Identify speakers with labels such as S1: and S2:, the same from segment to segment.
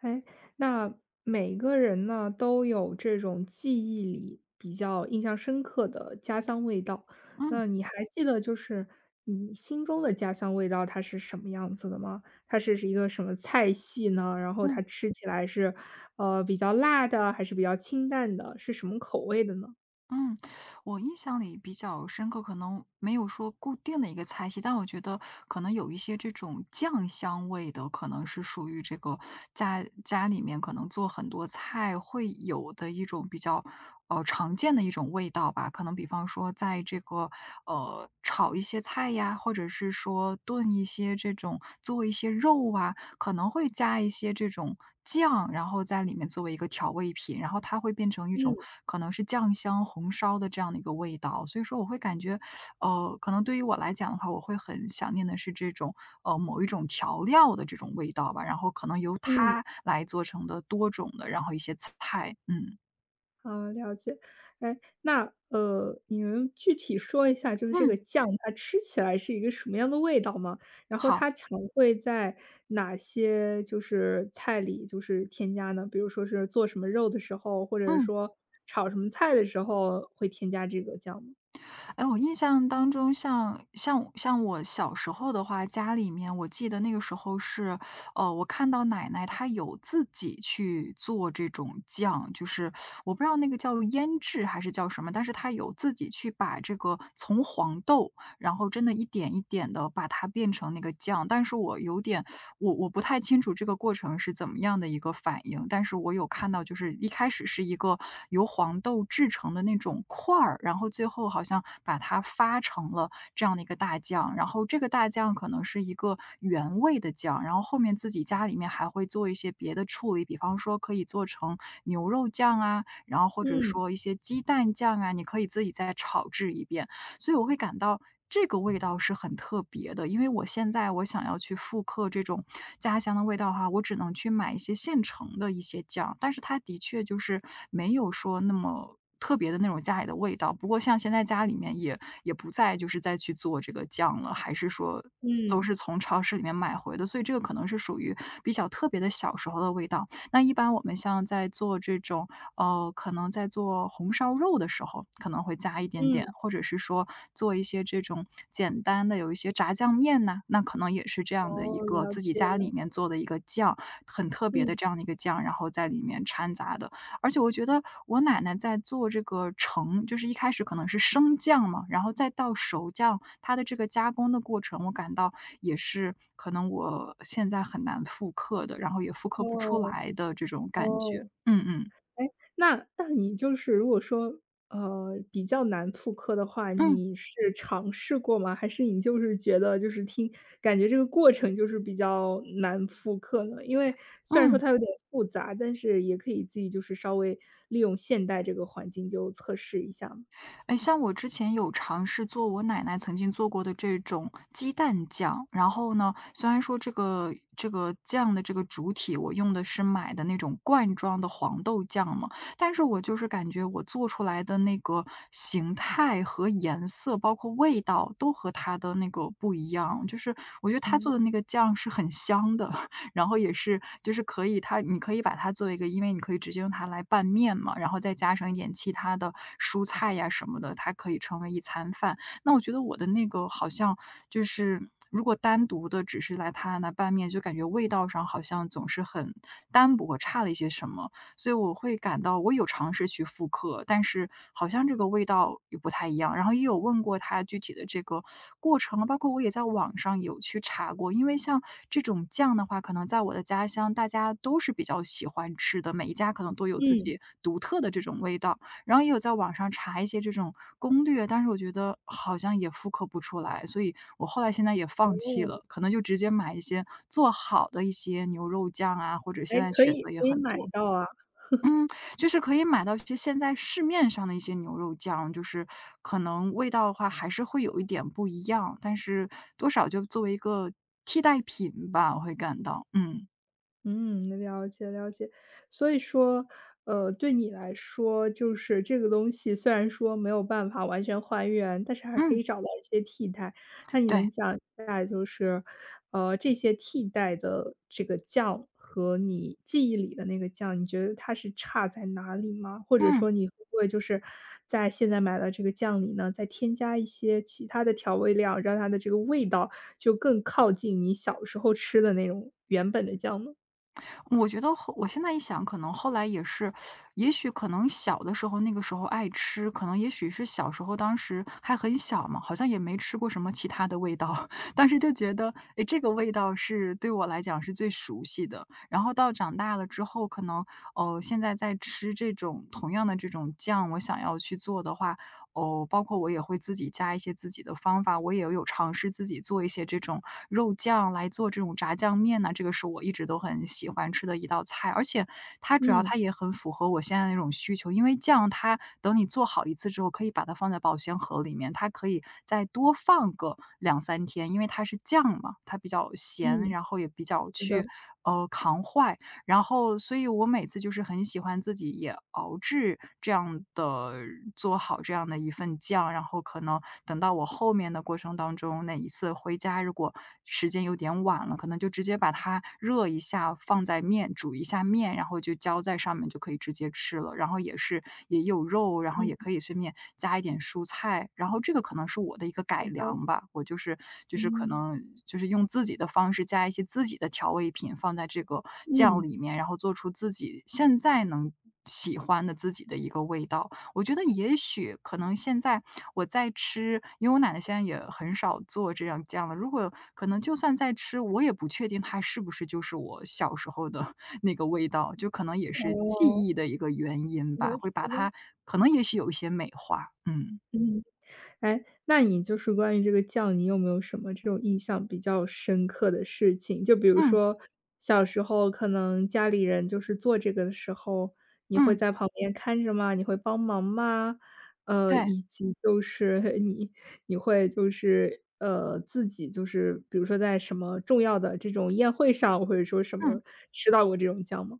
S1: 哎，那每个人呢都有这种记忆里比较印象深刻的家乡味道，
S2: 嗯
S1: 那你还记得就是你心中的家乡味道它是什么样子的吗？它是一个什么菜系呢？然后它
S2: 嗯
S1: 吃起来是，比较辣的，还是比较清淡的，是什么口味的呢？
S2: 嗯，我印象里比较深刻，可能没有说固定的一个菜系，但我觉得可能有一些这种酱香味的，可能是属于这个家家里面可能做很多菜会有的一种比较常见的一种味道吧。可能比方说在这个炒一些菜呀，或者是说炖一些这种做一些肉啊，可能会加一些这种酱，然后在里面作为一个调味品，然后它会变成一种
S1: 嗯
S2: 可能是酱香红烧的这样的一个味道。所以说我会感觉，可能对于我来讲的话，我会很想念的是这种，某一种调料的这种味道吧，然后可能由
S1: 嗯。
S2: 它来做成的多种的，然后一些菜，嗯。
S1: 好，了解。哎，那你能具体说一下，就是这个
S2: 嗯，
S1: 酱它吃起来是一个什么样的味道吗？然后
S2: 好，
S1: 它常会在哪些就是菜里就是添加呢？比如说是做什么肉的时候，或者
S2: 嗯。
S1: 说炒什么菜的时候会添加这个酱吗？
S2: 哎，我印象当中像我小时候的话，家里面我记得那个时候是，我看到奶奶她有自己去做这种酱，就是我不知道那个叫腌制还是叫什么，但是她有自己去把这个从黄豆，然后真的一点一点的把它变成那个酱，但是我有点我我不太清楚这个过程是怎么样的一个反应，但是我有看到就是一开始是一个由黄豆制成的那种块儿，然后最后好像把它发成了这样的一个大酱，然后这个大酱可能是一个原味的酱，然后后面自己家里面还会做一些别的处理，比方说可以做成牛肉酱啊，然后或者
S1: 嗯
S2: 说一些鸡蛋酱啊，你可以自己再炒制一遍。所以我会感到这个味道是很特别的。因为我现在我想要去复刻这种家乡的味道哈，我只能去买一些现成的一些酱，但是它的确就是没有说那么特别的那种家里的味道。不过像现在家里面也不再就是再去做这个酱了，还是说都
S1: 嗯
S2: 是从超市里面买回的，所以这个可能是属于比较特别的小时候的味道。那一般我们像在做这种可能在做红烧肉的时候可能会加一点点，
S1: 嗯，
S2: 或者是说做一些这种简单的有一些炸酱面呐，那可能也是这样的
S1: 哦，
S2: 一个
S1: 了
S2: 自己
S1: 解
S2: 家里
S1: 了
S2: 面
S1: 解，
S2: 做的一个酱，很特别的
S1: 嗯，
S2: 这样的一个酱，然后在里面掺杂的。而且我觉得我奶奶在做这个橙，就是一开始可能是生酱嘛，然后再到熟酱，它的这个加工的过程，我感到也是可能我现在很难复刻的，然后也复刻不出
S1: 哦
S2: 来的这种感
S1: 哦。
S2: 觉。嗯嗯。
S1: 哎，那你就是如果说，比较难复刻的话，
S2: 嗯。
S1: 你是尝试过吗？还是你就是觉得就是听感觉这个过程就是比较难复刻呢？因为虽然说
S2: 嗯，
S1: 它有点复杂，但是也可以自己就是稍微利用现代这个环境就测试一下嘛。
S2: 哎，像我之前有尝试做我奶奶曾经做过的这种鸡蛋酱，然后呢，虽然说这个酱的这个主体我用的是买的那种罐装的黄豆酱嘛，但是我就是感觉我做出来的那个形态和颜色，包括味道都和它的那个不一样，就是我觉得他做
S1: 嗯。
S2: 的那个酱是很香的。然后也是就是可以它你可以把它作为一个因为你可以直接用它来拌面嘛，然后再加上一点其他的蔬菜呀什么的，它可以成为一餐饭。那我觉得我的那个好像就是如果单独的只是来它那拌面，就感觉味道上好像总是很单薄，差了一些什么。所以我会感到我有尝试去复刻，但是好像这个味道也不太一样。然后也有问过他具体的这个过程，包括我也在网上有去查过，因为像这种酱的话，可能在我的家乡大家都是比较喜欢吃的，每一家可能都有自
S1: 嗯，
S2: 己独特的这种味道。然后也有在网上查一些这种攻略，但是我觉得好像也复刻不出来，所以我后来现在也放弃
S1: 我们
S2: 了，可能就直接买一些做好的一些牛肉酱啊，或者
S1: 哎，
S2: 现在
S1: 可
S2: 选
S1: 以
S2: 择也
S1: 可以
S2: 很
S1: 买
S2: 多。
S1: 到啊。
S2: 嗯，就是可以买到一些现在市面上的一些牛肉酱，就是可能味道的话还是会有一点不一样，但是多少就作为一个替代品吧，我会感到，嗯，
S1: 嗯，了解了解。所以说，对你来说，就是这个东西虽然说没有办法完全还原，但是还可
S2: 嗯，
S1: 以找到一些替代。那你
S2: 对，
S1: 能讲一下，就是，这些替代的这个酱和你记忆里的那个酱，你觉得它是差在哪里吗？或者
S2: 嗯。
S1: 说你会不会就是在现在买的这个酱里呢，再添加一些其他的调味料，让它的这个味道就更靠近你小时候吃的那种原本的酱呢？
S2: 我觉得我现在一想，可能后来也是，也许可能小的时候，那个时候爱吃，可能也许是小时候当时还很小嘛，好像也没吃过什么其他的味道，当时就觉得，诶，这个味道是对我来讲是最熟悉的。然后到长大了之后，可能，哦，现在在吃这种同样的这种酱，我想要去做的话，哦，包括我也会自己加一些自己的方法，我也有尝试自己做一些这种肉酱来做这种炸酱面呐，这个是我一直都很喜欢吃的一道菜。而且它主要
S1: 嗯，
S2: 它也很符合我现在那种需求，因为酱它等你做好一次之后，可以把它放在保鲜盒里面，它可以再多放个两三天，因为它是酱嘛，它比较咸，
S1: 嗯，
S2: 然后也比较
S1: 是
S2: 去，
S1: 的，
S2: 扛坏。然后所以我每次就是很喜欢自己也熬制这样的做好这样的一份酱，然后可能等到我后面的过程当中，哪一次回家如果时间有点晚了，可能就直接把它热一下，放在面煮一下面，然后就浇在上面就可以直接吃了，然后也是也有肉，然后
S1: 嗯，
S2: 也可以随便加一点蔬菜，然后这个可能是我的一个改
S1: 是的，
S2: 良吧，我就是可
S1: 嗯，
S2: 能就是用自己的方式加一些自己的调味品放在这个酱
S1: 嗯，
S2: 里面，然后做出自己现在能喜欢的自己的一个味道。我觉得也许可能现在我在吃，因为我奶奶现在也很少做这样酱了，如果可能就算在吃，我也不确定它是不是就是我小时候的那个味道，就可能也是记
S1: 哦，
S2: 忆的一个原因
S1: 是的
S2: 吧，会把
S1: 是的，
S2: 它可能也许有一些美化，嗯。
S1: 嗯。哎，那你就是关于这个酱，你有没有什么这种印象比较深刻的事情？就比如
S2: 嗯，
S1: 说小时候可能家里人就是做这个的时候，你会
S2: 嗯，
S1: 在旁边看着吗？你会帮忙吗？
S2: 对，
S1: 以及就是你会就是，自己就是比如说在什么重要的这种宴会上，或者说什
S2: 嗯。
S1: 么吃到过这种酱吗？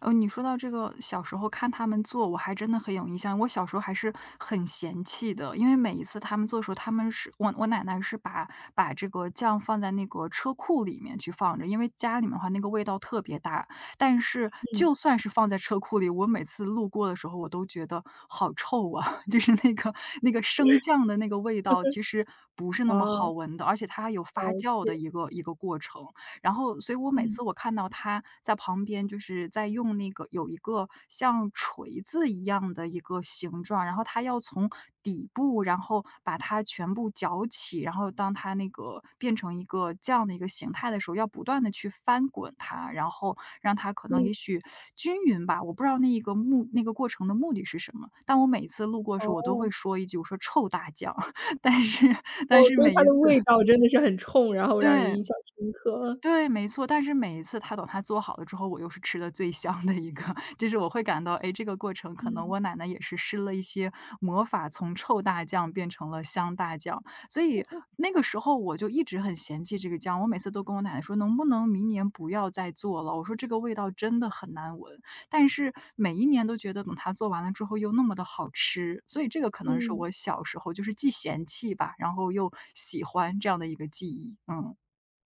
S2: 哦，你说到这个小时候看他们做，我还真的很有印象。我小时候还是很嫌弃的，因为每一次他们做的时候，他们是我我奶奶是把这个酱放在那个车库里面去放着，因为家里面的话那个味道特别大。但是
S1: 嗯，
S2: 就算是放在车库里，我每次路过的时候，我都觉得好臭啊，就是那个生酱的那个味道，其实不是那么好
S1: 哦，
S2: 闻的，而且它还有
S1: 了
S2: 发酵的
S1: 解，
S2: 一个过程。然后所以我每
S1: 嗯，
S2: 次我看到他在旁边就是在用那个有一个像锤子一样的一个形状，然后他要从底部，然后把它全部搅起，然后当它那个变成一个这样的一个形态的时候，要不断的去翻滚它，然后让它可能
S1: 嗯，
S2: 也许均匀吧，我不知道那个过程的目的是什么，但我每次路过的时候，我都
S1: 哦，
S2: 会说一句，我说：“臭大酱！” 但是但
S1: 哦，
S2: 是
S1: 所以
S2: 每
S1: 它
S2: 一
S1: 的
S2: 次
S1: 味道真的是很冲，然后让人
S2: 对。
S1: 印象深刻，
S2: 对，没错，但是每一次他等他做好了之后，我又是吃的最香的一个。就是我会感到，哎，这个过程可能
S1: 嗯，
S2: 我奶奶也是施了一些魔法，从臭大酱变成了香大酱。所以那个时候我就一直很嫌弃这个酱，我每次都跟我奶奶说：“能不能明年不要再做了？”我说：“这个味道真的很难闻。”但是每一年都觉得等他做完了之后又那么的好吃，所以这个可能是
S1: 嗯，
S2: 我小时候就是既嫌弃吧，然后又喜欢这样的一个记忆，嗯。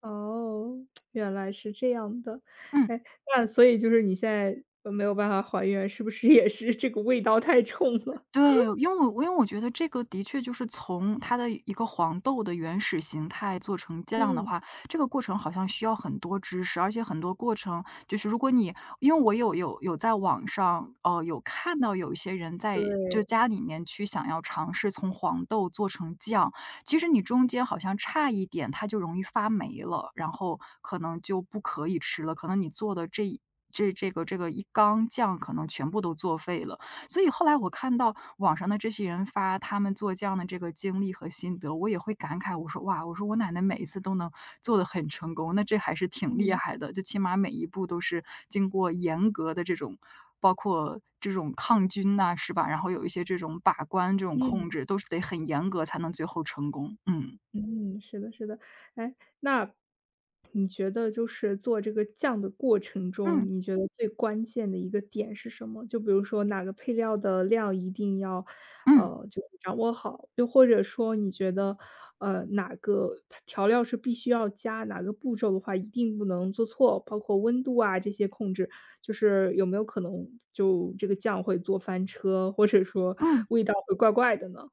S1: 哦，原来是这样的。
S2: 嗯。
S1: 哎，那所以就是你现在，没有办法还原，是不是也是这个味道太冲了？
S2: 对，因为我觉得这个的确就是从它的一个黄豆的原始形态做成酱的
S1: 嗯，
S2: 话，这个过程好像需要很多知识，而且很多过程就是如果你因为我有在网上，有看到有一些人在
S1: 对，
S2: 就家里面去想要尝试从黄豆做成酱，其实你中间好像差一点，它就容易发霉了，然后可能就不可以吃了，可能你做的这一这个一缸酱可能全部都作废了。所以后来我看到网上的这些人发他们做酱的这个经历和心得，我也会感慨，我说：“哇，我说我奶奶每一次都能做的很成功，那这还是挺厉
S1: 嗯，
S2: 害的，就起码每一步都是经过严格的这种包括这种抗菌呐，是吧？然后有一些这种把关、这种
S1: 嗯。
S2: 控制，都是得很严格才能最后成功。”嗯。
S1: 嗯，是的，是的。哎，那你觉得就是做这个酱的过程中，
S2: 嗯。
S1: 你觉得最关键的一个点是什么？就比如说哪个配料的量一定要，
S2: 嗯，
S1: 就是掌握好，又或者说你觉得，哪个调料是必须要加，哪个步骤的话一定不能做错，包括温度啊这些控制，就是有没有可能就这个酱会做翻车，或者说
S2: 嗯，
S1: 味道会怪怪的呢？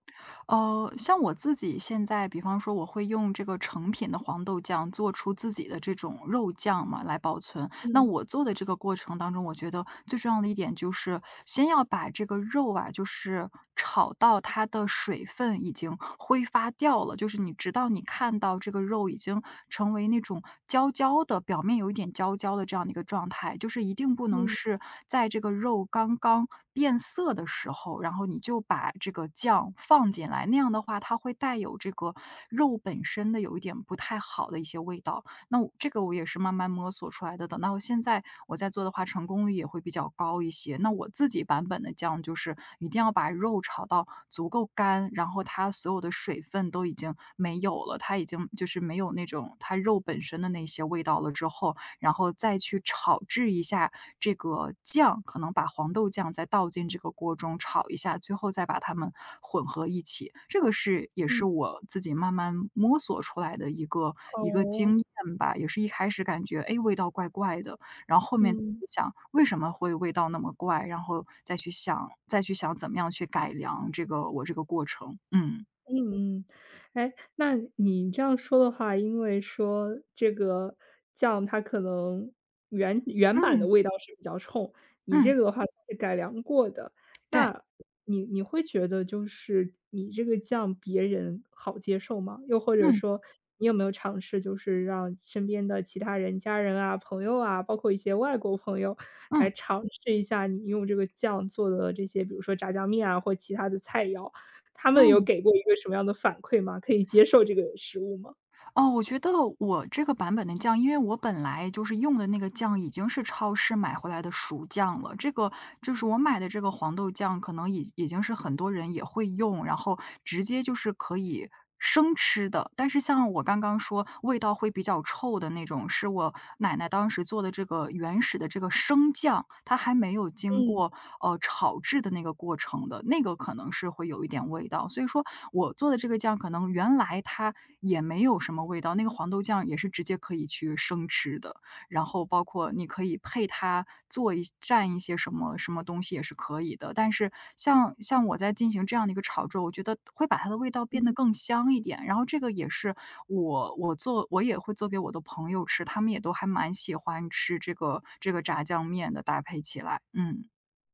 S2: 像我自己现在比方说我会用这个成品的黄豆酱做出自己的这种肉酱嘛，来保存。那
S1: 嗯
S2: 我做的这个过程当中，我觉得最重要的一点就是，先要把这个肉啊，就是炒到它的水分已经挥发掉了，就是你直到你看到这个肉已经成为那种焦焦的，表面有一点焦焦的这样的一个状态，就是一定不能
S1: 嗯
S2: 是在这个肉刚刚变色的时候，然后你就把这个酱放进来，那样的话它会带有这个肉本身的有一点不太好的一些味道。那我这个我也是慢慢摸索出来的。等到现在我在做的话，成功率也会比较高一些。那我自己版本的酱就是一定要把肉炒到足够干，然后它所有的水分都已经没有了，它已经就是没有那种它肉本身的那些味道了之后，然后再去炒制一下这个酱，可能把黄豆酱再倒进这个锅中炒一下，最后再把它们混合一起。这个是也
S1: 嗯，
S2: 是我自己慢慢摸索出来的一个
S1: 哦。
S2: 经验吧，也是一开始感觉，哎，味道怪怪的，然后后面
S1: 嗯
S2: 想为什么会味道那么怪，然后再去想怎么样去改良这个我这个过程。嗯，
S1: 嗯嗯，哎，那你这样说的话，因为说这个酱它可能原版的
S2: 嗯，
S1: 味道是比较冲，你
S2: 嗯，
S1: 这个的话算是改良过的，
S2: 对，
S1: 那你会觉得就是你这个酱别人好接受吗？又或者
S2: 嗯，
S1: 说你有没有尝试就是让身边的其他人、家人啊、朋友啊，包括一些外国朋友来
S2: 嗯，
S1: 尝试一下你用这个酱做的这些，比如说炸酱面啊或其他的菜肴？他们有
S2: 嗯。
S1: 给过一个什么样的反馈吗？可以接受这个食物吗？
S2: 哦，我觉得我这个版本的酱，因为我本来就是用的那个酱已经是超市买回来的熟酱了，这个就是我买的这个黄豆酱，可能已经是很多人也会用，然后直接就是可以生吃的。但是像我刚刚说，味道会比较冲。臭的那种，是我奶奶当时做的这个原始的这个生酱，它还没有经
S1: 嗯
S2: 过，炒制的那个过程的，那个可能是会有一点味道。所以说我做的这个酱可能原来它也没有什么味道，那个黄豆酱也是直接可以去生吃的。然后包括你可以配它做一蘸一些什么什么东西也是可以的。但是像我在进行这样的一个炒制，我觉得会把它的味道变得
S1: 嗯
S2: 更香一点。然后这个也是我也会做给我的朋友吃，他们也都还蛮喜欢吃这个炸酱面的搭配起来，嗯，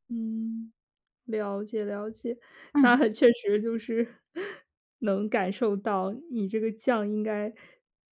S1: 嗯，了解了解，那
S2: 嗯，
S1: 很确实就是能感受到你这个酱应该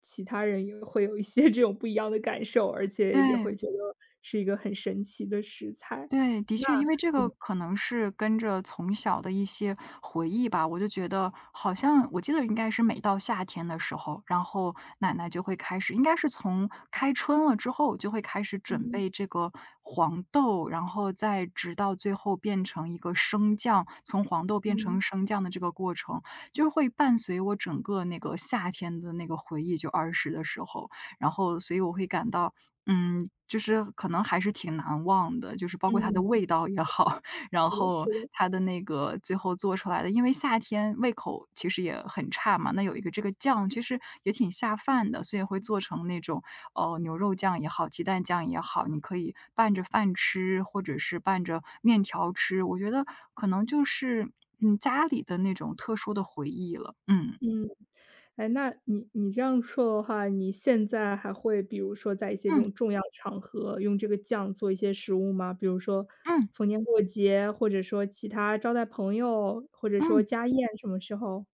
S1: 其他人也会有一些这种不一样的感受，而且也
S2: 对。
S1: 会觉得是一个很神奇的食材。
S2: 对，的确，因为这个可能是跟着从小的一些回忆吧，我就觉得好像我记得应该是每到夏天的时候，然后奶奶就会开始应该是从开春了之后就会开始准
S1: 嗯
S2: 备这个黄豆，然后再直到最后变成一个升降，从黄豆变成
S1: 嗯，
S2: 升降的这个过程，就是会伴随我整个那个夏天的那个回忆，就儿时的时候，然后所以我会感到嗯，就是可能还是挺难忘的，就是包括它的
S1: 嗯，
S2: 味道也好，然
S1: 是的是
S2: 后
S1: 的。
S2: 它的那个最后做出来的因为夏天胃口其实也很差嘛，那有一个这个酱其实也挺下饭的，所以会做成那种哦，牛肉酱也好，鸡蛋酱也好，你可以拌着饭吃，或者是拌着面条吃，我觉得可能就是，嗯，家里的那种特殊的回忆了，嗯，
S1: 哎，那你你这样说的话，你现在还会比如说在一些这
S2: 嗯，
S1: 种重要场合用这个酱做一些食物吗？比如说
S2: 嗯，
S1: 逢年过节，或者说其他招待朋友，或者说
S2: 嗯。
S1: 家宴什么时候？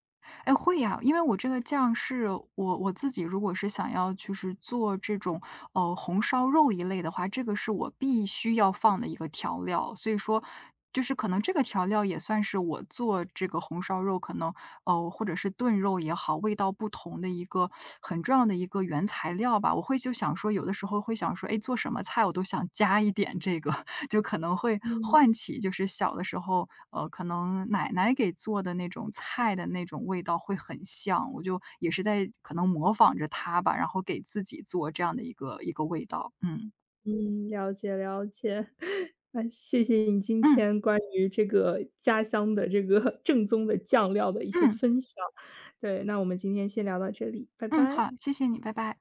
S2: 哎，会呀，因为我这个酱是我我自己如果是想要就是做这种，红烧肉一类的话，这个是我必须要放的一个调料。所以说，就是可能这个调料也算是我做这个红烧肉可能，或者是炖肉也好，味道不同的一个很重要的一个原材料吧。我会就想说，有的时候会想说，哎，做什么菜我都想加一点这个。就可能会
S1: 嗯
S2: 唤起就是小的时候，可能奶奶给做的那种菜的那种味道会很像，我就也是在可能模仿着她吧，然后给自己做这样的一个一个味道。嗯，
S1: 嗯，了解了解。那谢谢你今
S2: 嗯，
S1: 天关于这个家乡的这个 正宗的酱料的一些
S2: 嗯，
S1: 分享。对，那我们今天先聊到这里，拜
S2: 嗯，
S1: 拜。
S2: 好，谢谢你，拜拜。